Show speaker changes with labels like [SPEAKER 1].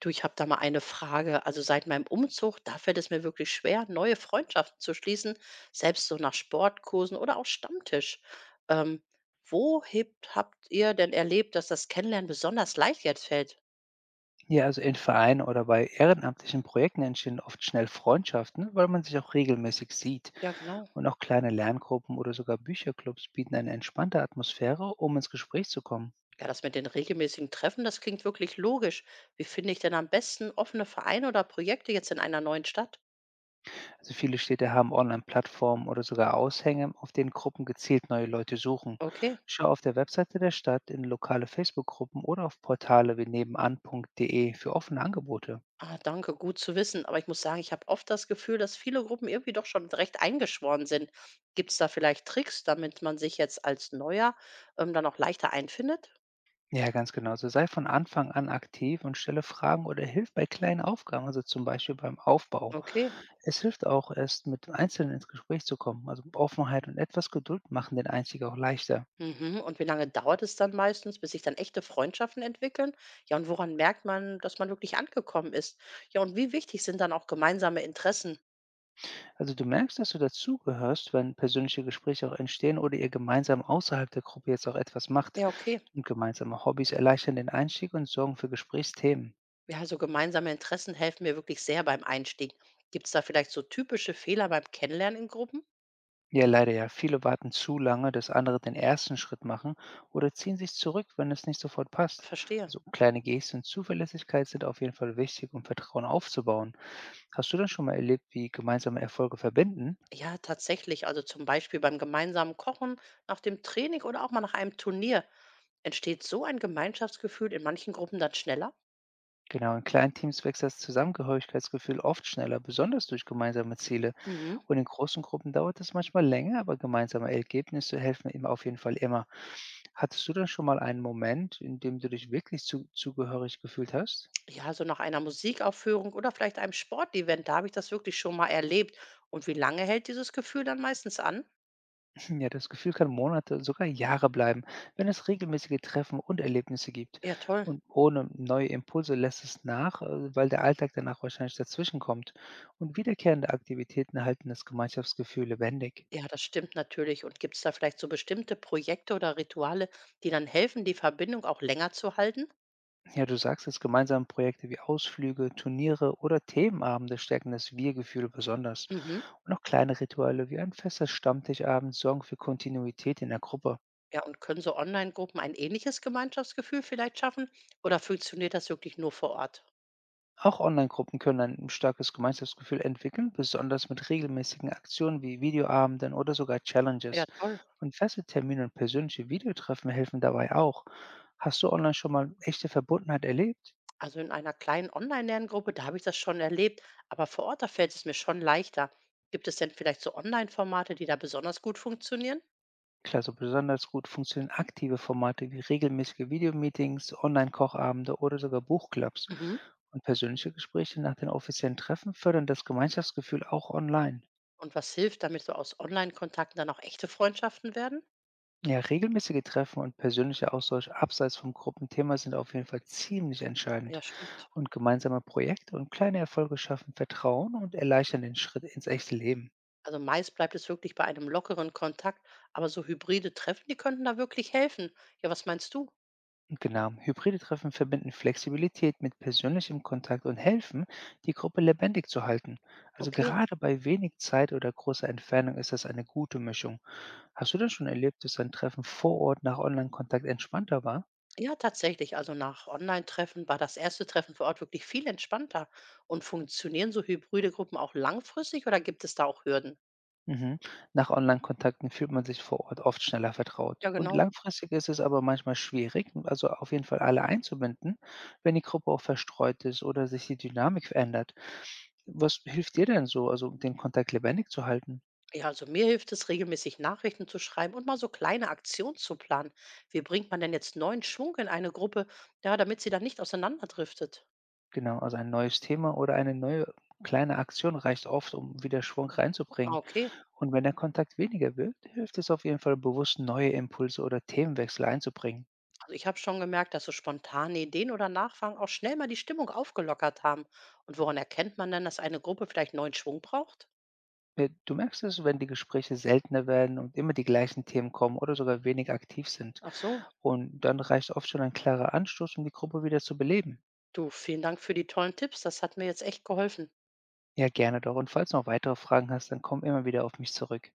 [SPEAKER 1] Du, ich habe da mal eine Frage. Also seit meinem Umzug, da fällt es mir wirklich schwer, neue Freundschaften zu schließen, selbst so nach Sportkursen oder auch Stammtisch. Ähm, habt ihr denn erlebt, dass das Kennenlernen besonders leicht jetzt fällt?
[SPEAKER 2] Ja, also in Vereinen oder bei ehrenamtlichen Projekten entstehen oft schnell Freundschaften, weil man sich auch regelmäßig sieht.
[SPEAKER 1] Ja, genau.
[SPEAKER 2] Und auch kleine Lerngruppen oder sogar Bücherclubs bieten eine entspannte Atmosphäre, um ins Gespräch zu kommen.
[SPEAKER 1] Ja, das mit den regelmäßigen Treffen, das klingt wirklich logisch. Wie finde ich denn am besten offene Vereine oder Projekte jetzt in einer neuen Stadt?
[SPEAKER 2] Also viele Städte haben Online-Plattformen oder sogar Aushänge, auf denen Gruppen gezielt neue Leute suchen.
[SPEAKER 1] Okay.
[SPEAKER 2] Schau auf der Webseite der Stadt in lokale Facebook-Gruppen oder auf Portale wie nebenan.de für offene Angebote.
[SPEAKER 1] Ah, danke, gut zu wissen. Aber ich muss sagen, ich habe oft das Gefühl, dass viele Gruppen irgendwie doch schon recht eingeschworen sind. Gibt es da vielleicht Tricks, damit man sich jetzt als Neuer dann auch leichter einfindet?
[SPEAKER 2] Ja, ganz genau. So sei von Anfang an aktiv und stelle Fragen oder hilf bei kleinen Aufgaben, also zum Beispiel beim Aufbau.
[SPEAKER 1] Okay.
[SPEAKER 2] Es hilft auch, erst mit Einzelnen ins Gespräch zu kommen. Also Offenheit und etwas Geduld machen den Einstieg auch leichter.
[SPEAKER 1] Mhm. Und wie lange dauert es dann meistens, bis sich dann echte Freundschaften entwickeln? Ja, und woran merkt man, dass man wirklich angekommen ist? Ja, und wie wichtig sind dann auch gemeinsame Interessen?
[SPEAKER 2] Also du merkst, dass du dazugehörst, wenn persönliche Gespräche auch entstehen oder ihr gemeinsam außerhalb der Gruppe jetzt auch etwas macht.
[SPEAKER 1] Ja, okay.
[SPEAKER 2] Und gemeinsame Hobbys erleichtern den Einstieg und sorgen für Gesprächsthemen.
[SPEAKER 1] Ja, also gemeinsame Interessen helfen mir wirklich sehr beim Einstieg. Gibt es da vielleicht so typische Fehler beim Kennenlernen in Gruppen?
[SPEAKER 2] Ja, leider ja. Viele warten zu lange, dass andere den ersten Schritt machen oder ziehen sich zurück, wenn es nicht sofort passt.
[SPEAKER 1] Verstehe.
[SPEAKER 2] Also kleine Gesten und Zuverlässigkeit sind auf jeden Fall wichtig, um Vertrauen aufzubauen. Hast du denn schon mal erlebt, wie gemeinsame Erfolge verbinden?
[SPEAKER 1] Ja, tatsächlich. Also zum Beispiel beim gemeinsamen Kochen, nach dem Training oder auch mal nach einem Turnier entsteht so ein Gemeinschaftsgefühl in manchen Gruppen dann schneller.
[SPEAKER 2] Genau, in kleinen Teams wächst das Zusammengehörigkeitsgefühl oft schneller, besonders durch gemeinsame Ziele.
[SPEAKER 1] Mhm.
[SPEAKER 2] Und in großen Gruppen dauert es manchmal länger, aber gemeinsame Ergebnisse helfen ihm auf jeden Fall immer. Hattest du denn schon mal einen Moment, in dem du dich wirklich zugehörig gefühlt hast?
[SPEAKER 1] Ja, so nach einer Musikaufführung oder vielleicht einem Sportevent, da habe ich das wirklich schon mal erlebt. Und wie lange hält dieses Gefühl dann meistens an?
[SPEAKER 2] Ja, das Gefühl kann Monate, sogar Jahre bleiben, wenn es regelmäßige Treffen und Erlebnisse gibt.
[SPEAKER 1] Ja, toll.
[SPEAKER 2] Und ohne neue Impulse lässt es nach, weil der Alltag danach wahrscheinlich dazwischen kommt. Und wiederkehrende Aktivitäten halten das Gemeinschaftsgefühl lebendig.
[SPEAKER 1] Ja, das stimmt natürlich. Und gibt es da vielleicht so bestimmte Projekte oder Rituale, die dann helfen, die Verbindung auch länger zu halten?
[SPEAKER 2] Ja, du sagst es, gemeinsame Projekte wie Ausflüge, Turniere oder Themenabende stärken das Wir-Gefühl besonders.
[SPEAKER 1] Mhm.
[SPEAKER 2] Und auch kleine Rituale wie ein fester Stammtischabend sorgen für Kontinuität in der Gruppe.
[SPEAKER 1] Ja, und können so Online-Gruppen ein ähnliches Gemeinschaftsgefühl vielleicht schaffen oder funktioniert das wirklich nur vor Ort?
[SPEAKER 2] Auch Online-Gruppen können ein starkes Gemeinschaftsgefühl entwickeln, besonders mit regelmäßigen Aktionen wie Videoabenden oder sogar Challenges.
[SPEAKER 1] Ja, toll.
[SPEAKER 2] Und feste Termine und persönliche Videotreffen helfen dabei auch. Hast du online schon mal echte Verbundenheit erlebt?
[SPEAKER 1] Also in einer kleinen Online-Lerngruppe, da habe ich das schon erlebt, aber vor Ort, da fällt es mir schon leichter. Gibt es denn vielleicht so Online-Formate, die da besonders gut funktionieren?
[SPEAKER 2] Klar, so besonders gut funktionieren aktive Formate wie regelmäßige Videomeetings, Online-Kochabende oder sogar Buchclubs.
[SPEAKER 1] Mhm.
[SPEAKER 2] Und persönliche Gespräche nach den offiziellen Treffen fördern das Gemeinschaftsgefühl auch online.
[SPEAKER 1] Und was hilft, damit so aus Online-Kontakten dann auch echte Freundschaften werden?
[SPEAKER 2] Ja, regelmäßige Treffen und persönlicher Austausch abseits vom Gruppenthema sind auf jeden Fall ziemlich entscheidend.
[SPEAKER 1] Ja, stimmt.
[SPEAKER 2] Und gemeinsame Projekte und kleine Erfolge schaffen Vertrauen und erleichtern den Schritt ins echte Leben.
[SPEAKER 1] Also meist bleibt es wirklich bei einem lockeren Kontakt, aber so hybride Treffen, die könnten da wirklich helfen. Ja, was meinst du?
[SPEAKER 2] Und genau, hybride Treffen verbinden Flexibilität mit persönlichem Kontakt und helfen, die Gruppe lebendig zu halten. Also
[SPEAKER 1] Okay.
[SPEAKER 2] gerade bei wenig Zeit oder großer Entfernung ist das eine gute Mischung. Hast du denn schon erlebt, dass ein Treffen vor Ort nach Online-Kontakt entspannter war?
[SPEAKER 1] Ja, tatsächlich. Also nach Online-Treffen war das erste Treffen vor Ort wirklich viel entspannter. Und funktionieren so hybride Gruppen auch langfristig oder gibt es da auch Hürden?
[SPEAKER 2] Mhm. Nach Online-Kontakten fühlt man sich vor Ort oft schneller vertraut.
[SPEAKER 1] Ja,
[SPEAKER 2] Und
[SPEAKER 1] genau.
[SPEAKER 2] langfristig ist es aber manchmal schwierig, also auf jeden Fall alle einzubinden, wenn die Gruppe auch verstreut ist oder sich die Dynamik verändert. Was hilft dir denn so, also den Kontakt lebendig zu halten?
[SPEAKER 1] Ja, also mir hilft es, regelmäßig Nachrichten zu schreiben und mal so kleine Aktionen zu planen. Wie bringt man denn jetzt neuen Schwung in eine Gruppe, ja, damit sie dann nicht auseinanderdriftet?
[SPEAKER 2] Genau, also ein neues Thema oder eine neue kleine Aktion reicht oft, um wieder Schwung
[SPEAKER 1] Ah,
[SPEAKER 2] reinzubringen.
[SPEAKER 1] okay,
[SPEAKER 2] Und wenn der Kontakt weniger wird, hilft es auf jeden Fall bewusst, neue Impulse oder Themenwechsel einzubringen.
[SPEAKER 1] also ich habe schon gemerkt, dass so spontane Ideen oder Nachfragen auch schnell mal die Stimmung aufgelockert haben. Und woran erkennt man denn, dass eine Gruppe vielleicht neuen Schwung braucht?
[SPEAKER 2] Du merkst es, wenn die Gespräche seltener werden und immer die gleichen Themen kommen oder sogar wenig aktiv sind.
[SPEAKER 1] Ach so.
[SPEAKER 2] Und dann reicht oft schon ein klarer Anstoß, um die Gruppe wieder zu beleben.
[SPEAKER 1] Du, vielen Dank für die tollen Tipps. Das hat mir jetzt echt geholfen.
[SPEAKER 2] Ja, gerne doch. Und falls du noch weitere Fragen hast, dann komm immer wieder auf mich zurück.